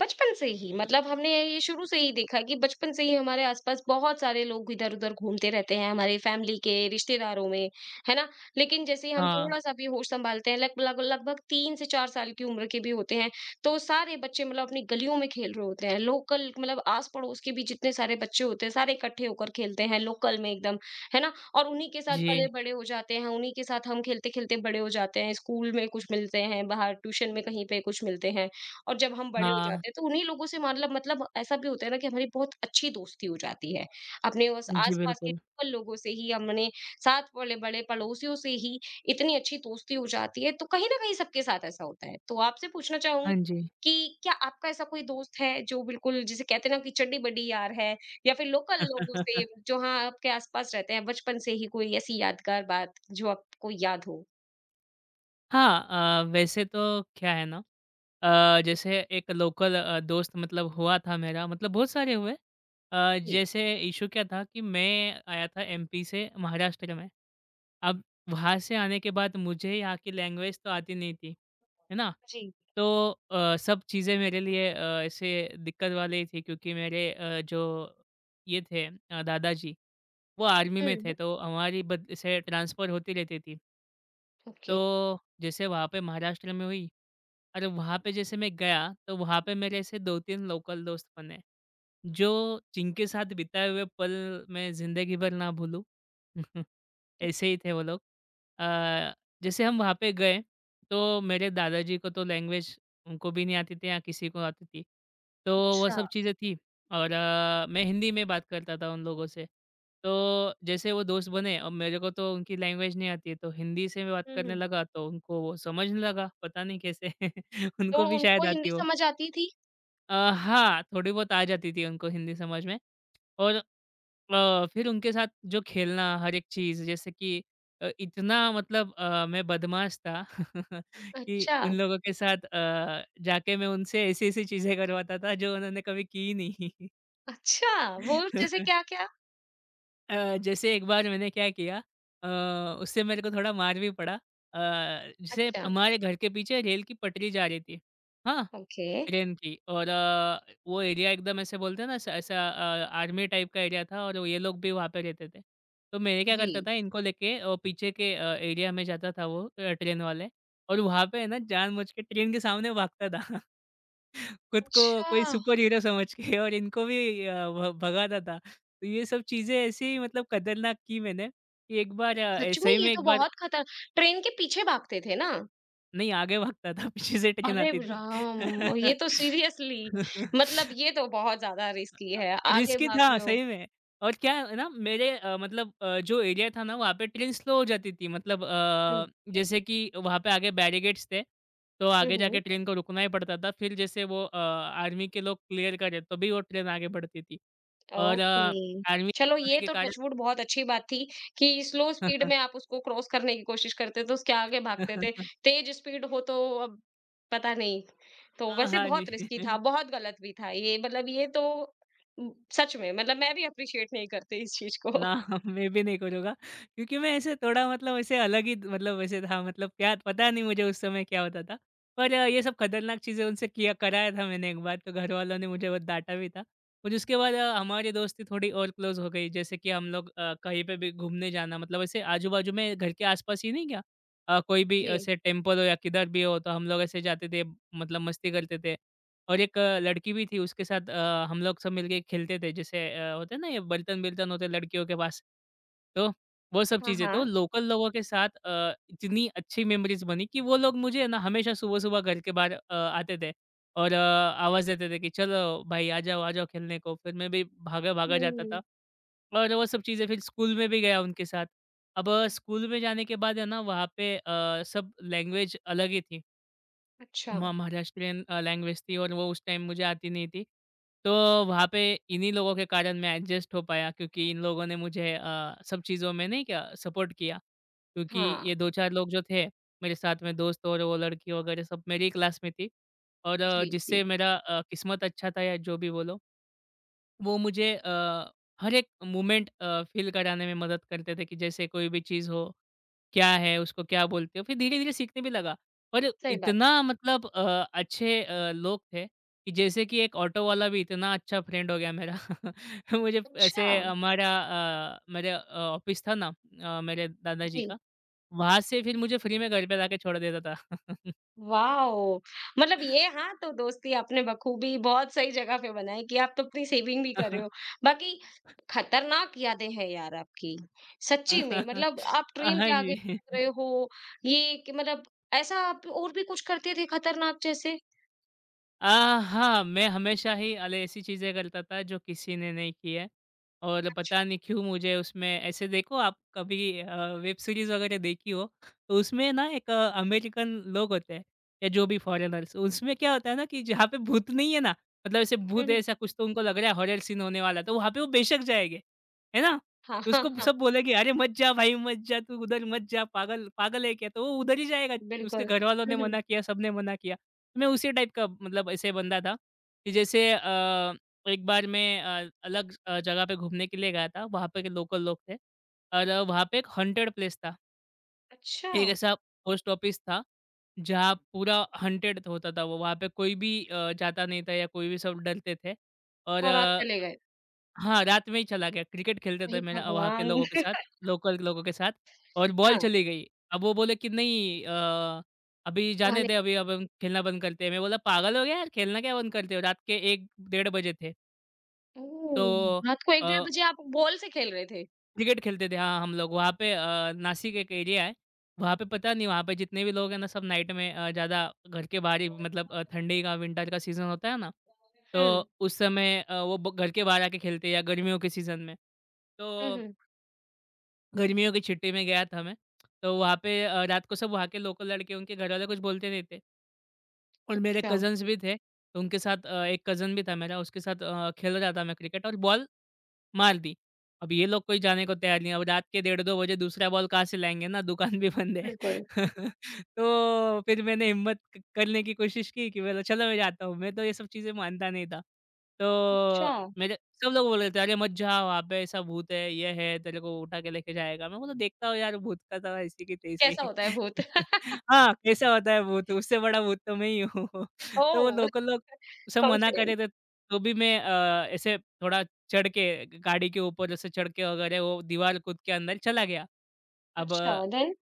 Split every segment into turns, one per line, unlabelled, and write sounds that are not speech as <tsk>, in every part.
बचपन से ही मतलब हमने ये शुरू से ही देखा कि बचपन से ही हमारे आसपास बहुत सारे लोग इधर-उधर घूमते रहते हैं हमारे फैमिली के, रिश्तेदारों में, है ना? लेकिन जैसे ही हम
हाँ,
थोड़ा-सा भी होश सँभालते हैं, लग लग लगभग 3 से 4 साल की उम्र के भी होते हैं, तो सारे बच्चे मतलब अपनी गलियों में खेल रहे होते हैं। लोकल मतलब आस-पड़ोस के भी जितने सारे बच्चे होते हैं, सारे इकट्ठे होकर खेलते हैं लोकल में एकदम, है ना? और उन्हीं के साथ
जी।
पले-बड़े हो जाते हैं, उन्हीं के साथ हम खेलते-खेलते बड़े हो जाते हैं। स्कूल में कुछ मिलते हैं, बाहर ट्यूशन में कहीं पे कुछ मिलते हैं। और जब हम बड़े हो
हाँ,
जाते हैं तो उन्हीं लोगों से मतलब ऐसा भी होता है ना कि हमारी बहुत अच्छी दोस्ती हो जाती है। अपने उस
जी,
आस-पास के
बिल्कुल।
लोकल लोगों से ही हमने साथ वाले बड़े पड़ोसियों से ही इतनी अच्छी दोस्ती हो जाती है, तो कहीं न कहीं सबके साथ ऐसा होता है। तो आपसे पूछना चाहूँगी
हाँ जी।
कि क्या आपका ऐसा कोई दोस्त है जो बिल्कुल जिसे कहते हैं ना कि चड्डी-बड्डी यार है या फिर लोकल लोगों से जो हाँ, आपके आस-पास रहते हैं बचपन से ही कोई ऐसी यादगार बात जो आपको याद हो?
हाँ, वैसे तो क्या है ना जैसे एक लोकल दोस्त मतलब हुआ था मेरा मतलब बहुत सारे हुए।
जी।
जैसे इश्यू क्या था कि मैं आया था एमपी से महाराष्ट्र में। अब वहाँ से आने के बाद मुझे यहाँ की लैंग्वेज तो आती नहीं थी, है ना?
जी।
तो सब चीज़ें मेरे लिए ऐसे दिक्कत वाली ही थी क्योंकि मेरे जो ये थे दादाजी वो आर्मी
हुँ,
में थे,
हुँ।
तो हमारी बद से ट्रांसफ़र होती रहती थी।
ओके।
तो जैसे वहाँ पे महाराष्ट्र में हुई और वहाँ पे जैसे मैं गया, तो वहाँ पे मेरे ऐसे 2-3 लोकल दोस्त बने, जो जिनके साथ बिताए हुए पल मैं ज़िंदगी भर ना भूलूँ। <laughs> ऐसे ही थे वो लोग। अ, जैसे हम वहाँ पे गए, तो मेरे दादाजी को तो लैंग्वेज उनको भी नहीं आती थी या किसी को आती थी। तो वो
अच्छा।
सब चीज़ें थी और मैं हिंदी में बात करता था उन लोगों से। तो जैसे वो दोस्त बने, अब मेरे को तो उनकी लैंग्वेज नहीं आती है, तो हिंदी से मैं बात
हुँ,
करने
हुँ।
लगा, तो उनको वो समझने लगा, पता नहीं कैसे। <laughs>
तो
उनको भी शायद
उनको
आती
हिंदी
हो।
समझ आती थी?
हाँ, थोड़ी बहुत आ जाती थी उनको हिंदी समझ में और फिर उनके साथ जो खेलना हर एक चीज़ जैसे कि इतना मतलब मैं बदमाश था <laughs> कि
अच्छा,
उन लोगों के साथ जाके मैं उनसे ऐसी-ऐसी चीज़ें करवाता था जो उन्होंने कभी की ही नहीं।
अच्छा, वो जैसे
<laughs>
क्या-क्या?
जैसे एक बार मैंने क्या किया उससे मेरे को थोड़ा मार भी पड़ा। जैसे
अच्छा,
हमारे घर के पीछे रेल की पटरी जा रही थी। हाँ,
ओके,
ट्रेन की और वो एरिया एकदम ऐसे बोलते हैं ना ऐसा ऐसा आर्मी टाइप का एरिया था और ये लोग भी वहाँ पे रहते थे। तो मैं क्या
जी।
करता था इनको लेके पीछे के एरिया में जाता था वो ट्रेन वाले और वहाँ पे है ना जानबूझ के ट्रेन के सामने भागता था। <laughs> खुद को कोई
अच्छा,
सुपर हीरो समझ के और इनको भी अ, भ भगाता था। तो ये सब चीज़ें ऐसी मतलब खतरनाक की मैंने कि एक बार अ, ए
सच में
सही
ये
में
तो
एक बार
बहुत खतर ट्रेन के पीछे भागते थे ना?
नहीं आगे भागता था पीछे से ट्रेन
अरे
आती थी।
राम! ये तो सीरियसली मतलब
<laughs> <laughs>
ये तो बहुत ज़्यादा रिस्की है, आगे
रिस्की
भाग
था
रहे हो।
सही में और क्या है ना मेरे मतलब जो एरिया था ना वहाँ पे ट्रेन स्लो हो जाती थी मतलब
हुँ,
जैसे कि वहाँ पे आगे बैरिकेड्स थे तो
हुँ,
आगे जाके
हुँ।
ट्रेन को रुकना ही पड़ता था फिर जैसे वो आर्मी के लोग क्लियर करे तो भी वो ट्रेन आगे बढ़ती थी और
ओके।
आर्मी
चलो
होने
ये
के
तो
कारण
टच वुड बहुत अच्छी बात थी कि स्लो स्पीड में आप उसको क्रॉस करने की कोशिश करते तो उसके आगे भागते थे।
<laughs>
तेज़ स्पीड हो तो अब पता नहीं। तो
हाँ
वैसे
हाँ जी
बहुत रिस्की था, बहुत गलत भी था ये मतलब ये तो उम, सच में मतलब मैं भी एप्रिशिएट नहीं करती इस चीज़ को।
ना
<laughs>
<laughs> मैं भी नहीं करूँगा क्योंकि मैं ऐसे थोड़ा मतलब ऐसे अलग ही मतलब वैसे था मतलब क्या पता नहीं मुझे उस समय क्या होता था। पर ये सब खतरनाक चीज़ें उनसे किया कराया था मैंने एक बार तो घरवालों ने मुझे बहुत डाँटा भी था। और उसके बाद हमारी दोस्ती थोड़ी और क्लोज़ हो गई जैसे कि हम लोग कहीं पे भी घूमने जाना मतलब ऐसे आजू-बाजू में घर के आस-पास ही नहीं क्या कोई भी
जी।
ऐसे टेम्पल हो या किधर भी हो तो हम लोग ऐसे जाते थे मतलब मस्ती करते थे। और एक लड़की भी थी उसके साथ हम लोग सब मिलके खेलते थे जैसे होते हैं ना ये बर्तन-बिर्तन होते हैं लड़कियों के पास, तो वो सब
हाँ,
चीज़ें। तो
हाँ।
लोकल लोगों के साथ इतनी अच्छी मेमोरीज़ बनी कि वो लोग मुझे ना हमेशा सुबह-सुबह घर के बाहर आते थे और आवाज़ देते थे कि चलो भाई आ जाओ खेलने को। फिर मैं भी भागा-भागा
हुँ,
जाता था
हुँ।
और वो सब चीज़ें फिर स्कूल में भी गया उनके साथ। अब स्कूल में जाने के बाद है ना वहाँ पे सब लैंग्वेज अलग ही थी।
अच्छा।
म महाराष्ट्रियन लैंग्वेज थी और वो उस टाइम मुझे आती नहीं थी। तो वहाँ पे इन्हीं लोगों के कारण मैं एडजस्ट हो पाया क्योंकि इन लोगों ने मुझे सब चीज़ों में नहीं क्या सपोर्ट किया। क्योंकि
हाँ।
ये 2-4 लोग जो थे मेरे साथ में दोस्त और वो लड़की वगैरह सब मेरी ही क्लास में थी और
जी, जी।
जिससे मेरा किस्मत अच्छा था या जो भी बोलो। वो मुझे हर एक मोमेंट फ़ील कराने में मदद करते थे कि जैसे कोई भी चीज़ हो, क्या है, उसको क्या बोलते हो? फिर धीरे-धीरे सीखने भी लगा। और
सही बात है।
इतना मतलब अच्छे लोग थे कि जैसे कि एक ऑटो वाला भी इतना अच्छा फ्रेंड हो गया मेरा। <laughs> मुझे
अच्छा!
ऐसे हमारा मेरे ऑफ़िस था ना मेरे दादाजी
जी।
का, वहाँ से फिर मुझे फ्री में घर पे लाके छोड़ देता था।
वाओ! मतलब ये हाँ, तो दोस्ती आपने बखूबी बहुत सही जगह पे बनाई कि आप तो अपनी सेविंग भी कर रहे हो।
<laughs>
बाकी खतरनाक यादें हैं यार आपकी, सच्ची में मतलब आप ट्रेन
हाँ
के आगे
जी।
भाग रहे हो, ये कि मतलब ऐसा आप और भी कुछ करते थे खतरनाक जैसे?
अ, हाँ, मैं हमेशा ही अले ऐसी चीज़ें करता था जो किसी ने नहीं की है और
अच्छा,
पता नहीं क्यों मुझे उसमें ऐसे देखो आप कभी वेब सीरीज़ वगैरह देखी हो, तो उसमें ना एक अमेरिकन लोग होते हैं या जो भी फ़ॉरेनर्स, उसमें क्या होता है ना कि जहाँ पे भूत नहीं है ना, मतलब ऐसे
हुँ,
भूत है
हुँ।
ऐसा कुछ तो उनको लग रहा है हॉरर सीन होने वाला है, तो वहाँ पे वो बेशक जाएँगे, है ना?
हाँ,
तो
हाँ,
उसको
हाँ,
सब बोलेंगे, "अरे मत जा भाई, मत जा, तू उधर मत जा, पागल पागल है क्या?" तो वो उधर ही जाएगा, उसके
बिल्कुल।
घरवालों
हुँ,
ने
हुँ।
मना किया, सबने मना किया। मैं उसी टाइप का मतलब ऐसे बंदा था कि जैसे एक बार मैं अलग जगह पे घूमने के लिए गया था। वहाँ पे के लोकल लोग थे और वहाँ पे एक हॉन्टेड प्लेस था।
अच्छा,
एक ऐसा पोस्ट ऑफिस था जहाँ पूरा हॉन्टेड होता था वो। वहाँ पे कोई भी जाता नहीं था या कोई भी सब डरते थे और
और आप चले गए।
हाँ, रात में ही चला गया। क्रिकेट खेलते
हे
थे मेरा वहाँ के
भगवान!
लोगों के साथ,
<laughs>
लोकल लोगों के साथ और बॉल
हाँ,
चली गई। अब वो बोले कि नहीं अभी
वहाँ
जाने
ने
दे अभी अब हम खेलना बंद करते हैं। मैं बोला पागल हो गया यार, खेलना क्या बंद करते हो? रात के 1 डेढ़ बजे थे। तो
ओह! रात को 1
अ,
डेढ़ बजे आप बॉल से खेल रहे थे?
क्रिकेट खेलते थे हाँ, हम लोग वहाँ पे नासिक एक एरिया है। वहाँ पे पता नहीं वहाँ पे जितने भी लोग हैं ना सब नाइट में ज़्यादा घर के बाहर ही मतलब ठंडी का विंटर का सीज़न होता है ना,
हुँ,
तो उस समय वो ब घर के बाहर आके खेलते हैं या गर्मियों के सीज़न में।
हुँ,
तो
हुँ।
गर्मियों की छुट्टी में गया था मैं, तो वहाँ पे रात को सब वहाँ के लोकल लड़के उनके घरवाले कुछ बोलते नहीं थे और मेरे
अच्छा,
कज़िन्स भी थे, तो उनके साथ एक कज़िन भी था मेरा उसके साथ खेल रहा था मैं क्रिकेट और बॉल मार दी। अब ये लोग कोई जाने को तैयार नहीं है। अब रात के डेढ़ 2 बजे दूसरा बॉल कहाँ से लाएँगे ना, दुकान भी बंद है।
बिल्कुल।
<laughs> तो फिर मैंने हिम्मत क करने की कोशिश की कि बोला चलो मैं जाता हूँ। मैं तो ये सब चीज़ें मानता नहीं था। तो
अच्छा!
मेरे सब लोग बोल रहे थे, "अरे मत जा वहाँ पे ऐसा भूत है, ये है, तेरे को उठा के लेके जाएगा।" मैं बोला देखता हूँ यार भूत का तो ऐसी की तैसी।
कैसा होता है भूत? <laughs>
<laughs> हाँ, कैसा होता है भूत? उससे बड़ा भूत तो मैं ही हूँ। <laughs> तो वो
ओह!
लोकल लोग सब मना कर
कॉन्फिडेंट
रहे थे, तो भी मैं ऐसे थोड़ा चढ़ के गाड़ी के ऊपर जैसे चढ़ के वगैरह वो दीवार कूद के अंदर चला गया। अब
अच्छा देन?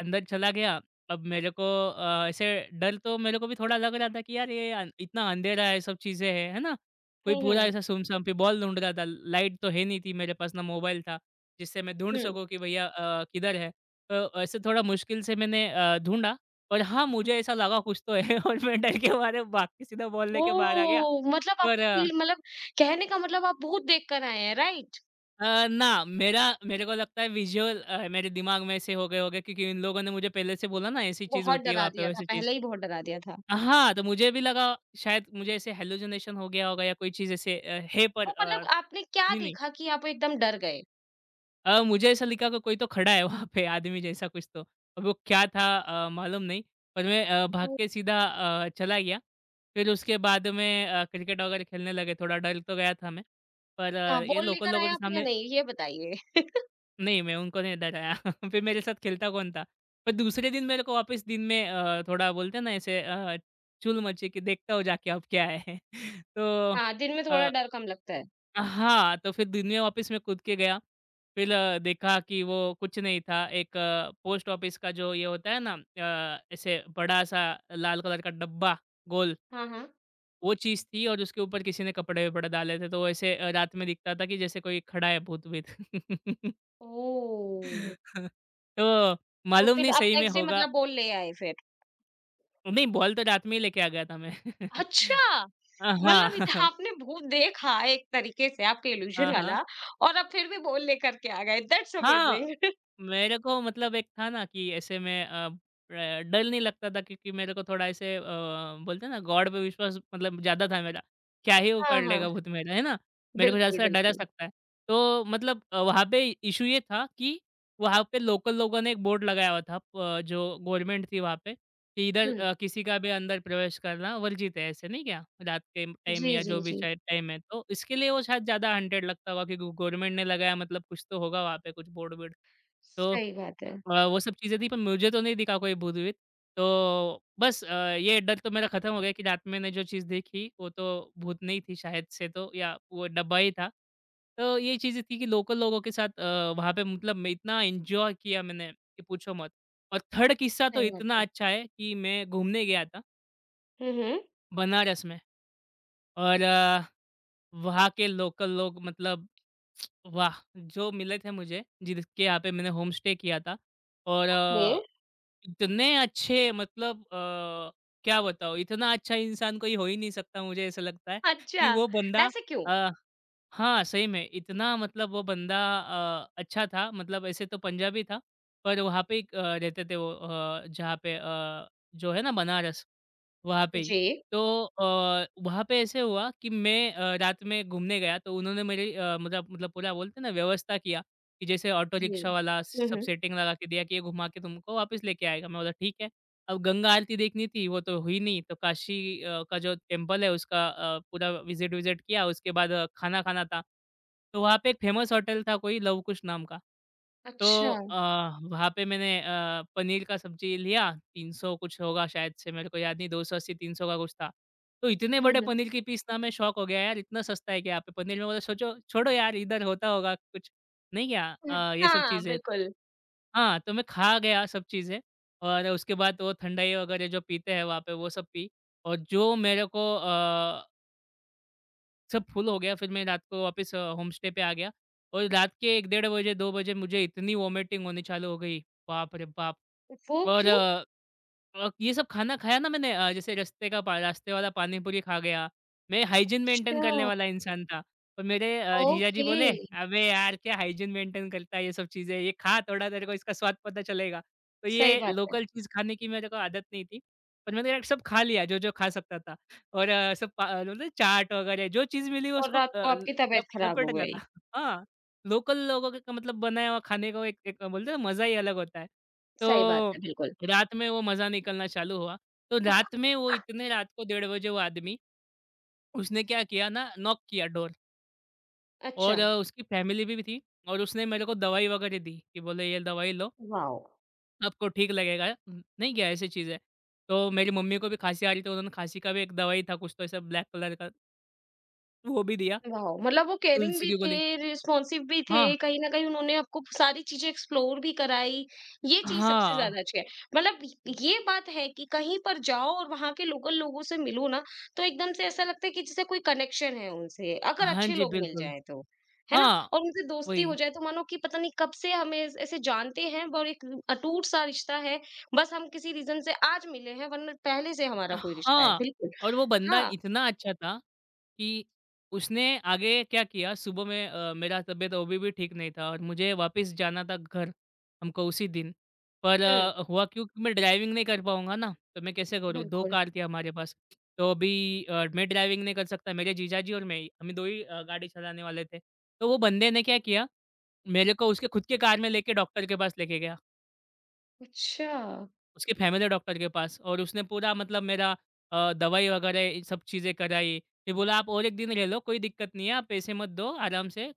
अंदर चला गया, अब मेरे को ऐसे डर तो मेरे को भी थोड़ा लग रहा था कि यार ये अन इतना अंधेरा है, सब चीज़ें हैं, है ना? कोई
हुँ,
पूरा
हुँ,
ऐसा सुमसम पे बॉल ढूँढ रहा था, लाइट तो है नहीं थी मेरे पास, ना मोबाइल था, जिससे मैं ढूँढ
हुँ।
सकूँ कि भैया किधर है? तो ऐसे थोड़ा मुश्किल से मैंने ढूँढा और हाँ, मुझे ऐसा लगा कुछ तो है <laughs> और मैं डर के मारे भाग के सीधा बॉल लेके बाहर आ गया
ओह! मतलब
और
आपको फ़ील मतलब कहने का मतलब आप भूत देख कर आए हैं, राइट?
ना, मेरा मेरे को लगता है विज़ुअल मेरे दिमाग में ऐसे हो गए होंगे क्योंकि इन लोगों ने मुझे पहले से बोला ना ऐसी चीज़
बहुत
होती है
डरा
वहाँ पे,
दिया था,
वैसी चीज़।
पहले ही बहुत डरा दिया था।
हाँ, तो मुझे भी लगा शायद मुझे ऐसे हैलुसिनेशन हो गया होगा या कोई चीज़ ऐसे है पर
तो मतलब आपने क्या
नहीं, नहीं
देखा कि आप एकदम डर गए?
मुझे ऐसा लिखा कि कोई तो खड़ा है वहाँ पे आदमी जैसा कुछ तो। अब वो क्या था मालूम नहीं पर मैं भाग
वो
के सीधा चला गया। फिर उसके बाद में क्रिकेट वगैरह खेलने लगे, थोड़ा डर तो गया था मैं। पर
हाँ,
ये
बॉल
लोकल
लेकर आए
लोगों के
आप या
सामने
नहीं, ये बताइए?
नहीं, मैं उनको नहीं डराया। <laughs> फिर मेरे साथ खेलता कौन था? पर दूसरे दिन मेरे को वापस दिन में थोड़ा बोलते हैं ना ऐसे चुल मची कि देखता हूँ जाके अब क्या है। <laughs> तो
हाँ, दिन में थोड़ा
अ,
डर कम लगता है।
हाँ, तो फिर दिन में वापस मैं कूद के गया। फिर देखा कि वो कुछ नहीं था, एक पोस्ट ऑफिस का जो ये होता है ना ऐसे बड़ा-सा लाल कलर का डब्बा, गोल,
हाँ, हाँ।
वो चीज़ थी और उसके ऊपर किसी ने कपड़े-वपड़े डाले थे, तो वो ऐसे रात में दिखता था कि जैसे कोई खड़ा है भूत-वूत। <laughs>
ओह!
<laughs> तो
तो
मालूम
फिर
नहीं
आप
सही में
नेक्स्ट डे
होगा।
मतलब बॉल ले आए फिर?
नहीं, बॉल तो रात में ही लेके आ गया था मैं। <laughs>
अच्छा! मतलब इत
हाँ, <laughs>
आपने भूत देखा एक तरीके से आपके
हाँ,
इल्यूज़न
हाँ।
वाला और आप फिर भी बोल लेकर के आ गए। दैट्स
हाँ,
अमेज़िंग
मेरे को मतलब एक था ना कि ऐसे में र डर नहीं लगता था क्योंकि मेरे को थोड़ा ऐसे बोलते हैं ना गॉड पे विश्वास मतलब ज़्यादा था मेरा। क्या ही
<laughs> हाँ,
उखाड़
हाँ।
लेगा भूत मेरा, है ना? मेरे को
बिल्कुल,
ज़्यादा डरा
बिल्कुल।
सकता है। तो मतलब वहाँ पे इश्यू ये था कि वहाँ पे लोकल लोगों ने एक बोर्ड लगाया हुआ था प जो गवर्नमेंट थी वहाँ पे कि इधर
हुँ।
किसी का भी अंदर प्रवेश करना वर्जित है, ऐसे नहीं क्या? रात के टाइम
जी,
या जो
जी,
भी
जी।
चाहे टाइम है, तो इसके लिए वो शायद ज़्यादा 100 लगता होगा कि गव गवर्नमेंट ने लगाया मतलब कुछ तो होगा वहाँ पे कुछ बोर्ड-वोर्ड। तो
सही बात है।
वो सब चीज़ें थी पर मुझे तो नहीं दिखा कोई भूत-वूत। तो बस ये डर तो मेरा खत्म हो गया कि रात में मैंने जो चीज़ देखी वो तो भूत नहीं थी शायद से तो या वो डब्बा ही था। तो ये चीज़ें थी कि लोकल लोगों के साथ वहाँ पे मतलब मैं इतना एन्जॉय किया मैंने कि पूछो मत। और थर्ड किस्सा तो
सही बात
इतना
है।
अच्छा है कि मैं घूमने गया था
हुँ, हुँ।
बनारस में और वहाँ के लोकल लोग मतलब <tsk> वाह! जो मिले थे मुझे, जिसके यहाँ पे मैंने होम स्टे किया था और
ओके।
इतने अच्छे मतलब क्या बताऊँ इतना अच्छा इंसान कोई हो ही नहीं सकता मुझे ऐसा लगता है कि
अच्छा,
वो बंदा
ऐसे क्यों?
अ, हाँ, सही में इतना मतलब वो बंदा अच्छा था मतलब ऐसे तो पंजाबी था, पर वहाँ पे एक रहते थे वो जहाँ पे जो है ना बनारस, वहाँ पे ही।
जी,
तो वहाँ पे ऐसे हुआ कि मैं रात में घूमने गया तो उन्होंने मेरी मतलब पूरा बोलते हैं ना व्यवस्था किया कि जैसे ऑटो
जी।
रिक्शा वाला
हुँ,
सब
हुँ।
सेटिंग लगा के दिया कि ये घुमा के तुमको वापस लेके आएगा। मैं बोला ठीक है। अब गंगा आरती देखनी थी, वो तो हुई नहीं, तो काशी का जो टेम्पल है उसका पूरा विज़िट विज़िट किया, उसके बाद खाना खाना था। तो वहाँ पे एक फ़ेमस होटल था कोई लव कुश नाम का। तो
अच्छा।
अ, वहाँ पे मैंने पनीर का सब्ज़ी लिया, 300 कुछ होगा शायद से मेरे को याद नहीं, 280-300 का कुछ था। तो इतने
हुँ,
बड़े
हुँ।
पनीर के पीस ना मैं शॉक हो गया यार, इतना सस्ता है क्या यहाँ पे पनीर? मैं बोला सोचो छोड़ो यार इधर होता होगा कुछ, नहीं क्या
हुँ।
ये सब
हाँ,
चीज़ें।
बिल्कुल।
हाँ, तो मैं खा गया सब चीज़ें और उसके बाद तो वो ठंडाई वगैरह जो पीते हैं वहाँ पे वो सब पी और जो मेरे को सब फुल हो गया फिर मैं रात को वापस होम स्टे पे आ गया और रात के 1 डेढ़ बजे 2 बजे मुझे इतनी वॉमिटिंग होनी चालू हो गई, बाप रे बाप!
वो
और
क्यों?
ये सब खाना खाया ना मैंने जैसे रास्ते का पा रास्ते वाला पानी पूरी खा गया। मैं हाइजीन मेंटेन करने
अच्छा,
वाला इंसान था। पर मेरे जीजा जी
ओके।
बोले, "अबे यार! क्या हाइजीन मेंटेन करता है ये सब चीज़ें? ये खा थोड़ा तेरे को इसका स्वाद पता चलेगा।" तो
सही
ये
बात है
लोकल चीज़ खाने की मेरे को आदत नहीं थी। पर मैंने यार सब खा लिया जो-जो खा सकता था और मतलब चाट वग़ैरह जो चीज़ मिली
और
उसको
रात
अ,
को
ल-
आपकी तबीयत
लप
खराब
लपेट
हो
रहा
गई।
था। <laughs> हाँ, लोकल लोगों के का मतलब बनाया हुआ खाने को एक एक बोलते हैं ना मज़ा ही अलग होता है।
सही बात
तो
है, बिल्कुल।
रात में वो मज़ा निकलना चालू हुआ। तो रात
<laughs>
में वो इतने रात को डेढ़ बजे वो आदमी उसने क्या किया ना नॉक किया डोर और
अच्छा,
उसकी फैमिली भी थी और उसने मेरे को दवाई वगैरह दी कि बोले ये दवाई लो
वॉव!
आपको ठीक लगेगा। न नहीं क्या ऐसी चीज़ है। तो मेरी मम्मी को भी खाँसी आ रही थी, उन्होंने खाँसी का भी एक दवाई था कुछ तो ऐसा ब्लैक कलर का वो भी दिया,
वाओ! मतलब वो केयरिंग
तुलसी
भी
की
थे,
गोली।
रिस्पॉन्सिव भी थे,
हाँ,
कहीं न कहीं उन्होंने आपको सारी चीज़ें एक्सप्लोर भी कराई, ये चीज़ सबसे
हाँ।
ज़्यादा अच्छी है। मतलब ये बात है कि कहीं पर जाओ और वहाँ के लोकल लोगों से मिलो ना, तो एकदम से ऐसा लगता है कि जैसे कोई कनेक्शन है उनसे, अगर
हाँ
अच्छे
जी,
लोग मिल
बिल्कुल।
जाएँ तो, है ना?
हाँ,
और उनसे दोस्ती हो
वही।
जाए तो मानो कि पता नहीं कब से हमें ऐस ऐसे जानते हैं और एक अटूट-सा रिश्ता है, बस हम किसी रीज़न से आज मिले हैं वरना पहले से हमारा कोई रिश्ता है,
हाँ,
बिल्कुल।
और वो बंदा
हाँ,
इतना अच्छा था कि उसने आगे क्या किया। सुबह में मेरा तबीयत अभी भी ठीक नहीं था और मुझे वापस जाना था घर, हमको उसी दिन। पर
हुँ,
हुआ क्यों कि मैं ड्राइविंग नहीं कर पाऊंगा ना तो मैं कैसे करूँ, दो
बिल्कुल।
कार थी हमारे पास, तो अभी मैं ड्राइविंग नहीं कर सकता, मेरे जीजा जी और हम दो ही गाड़ी चलाने वाले थे। तो वो बंदे ने क्या किया, मेरे को उसके खुद के कार में लेके डॉक्टर के पास लेके गया,
अच्छा।
उसकी फैमिली डॉक्टर के पास, और उसने पूरा मतलब मेरा दवाई वगैरह ये सब चीज़ें कराई। फिर बोला आप और 1 दिन रह लो, कोई दिक्कत नहीं है, आप पैसे मत दो, आराम से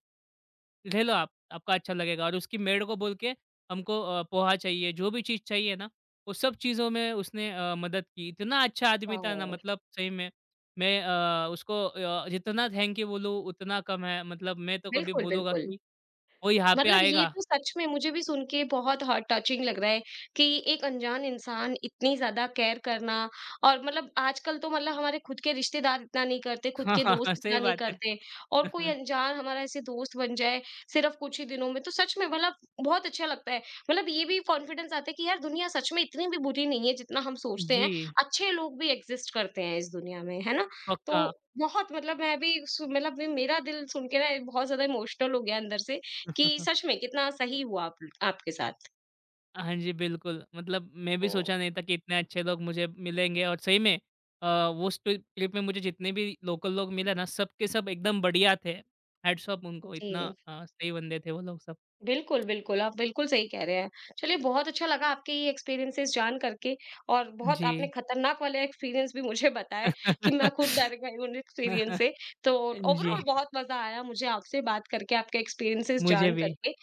रह लो आप, आपका अच्छा लगेगा। और उसकी मेड को बोल के हमको पोहा चाहिए, जो भी चीज़ चाहिए ना, वो सब चीज़ों में उसने मदद की। इतना अच्छा आदमी था ना
वाओ!
मतलब सही में, मैं उसको जितना थैंक यू बोलूँ उतना कम है। मतलब मैं तो कभी
बिल्कुल,
बोलूँगा
बिल्कुल।
कि वो यहाँ पे
मतलब ये
आएगा।
तो सच में मुझे भी सुन के बहुत हॉट टचिंग लग रहा है कि एक अनजान इंसान इतनी ज्यादा केयर करना और मतलब आजकल तो मतलब हमारे खुद के रिश्तेदार इतना नहीं करते
<laughs>
खुद
हाँ,
के
हाँ, हाँ,
दोस्त
सही
इतना नहीं
बात है।
करते और कोई
<laughs>
अनजान हमारा ऐसे दोस्त बन जाए सिर्फ कुछ ही दिनों में तो सच में मतलब बहुत अच्छा लगता है मतलब ये भी कॉन्फिडेंस आता है कि यार दुनिया सच में इतनी भी बुरी नहीं है जितना हम सोचते
जी,
हैं अच्छे लोग भी एग्जिस्ट करते हैं इस दुनिया में है ना तो
पक्का।
बहुत मतलब मैं भी मतलब भी मेरा दिल सुन के ना बहुत ज्यादा इमोशनल हो गया अंदर से कि
<laughs>
सच में कितना सही हुआ आप आपके साथ।
हाँ जी, बिल्कुल। मतलब मैं भी
हुँ।
सोचा नहीं था कि इतने अच्छे लोग मुझे मिलेंगे और सही में वो उस ट्रिप में मुझे जितने भी लोकल लोग मिले ना, सब के सब एकदम बढ़िया थे। हैट्स ऑफ उनको, इतना
जी,
सही बंदे थे वो लोग सब।
बिल्कुल, बिल्कुल, आप बिल्कुल सही कह रहे हैं। चलिए बहुत अच्छा लगा आपके ये एक्सपीरियंसेस जान करके और बहुत
जी।
आपने खतरनाक वाले एक्सपीरियंस भी मुझे <laughs> बताए कि मैं खुद
<laughs>
डर गई उन एक्सपीरियंस से। तो
जी,
ओवरऑल बहुत मज़ा आया मुझे आपसे बात करके, आपके एक्सपीरियंसेस
मुझे
जान
भी।
करके।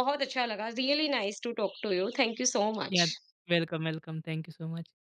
बहुत अच्छा लगा, really nice to talk to you. Thank you so
या
much.
Welcome, welcome. Thank you so much.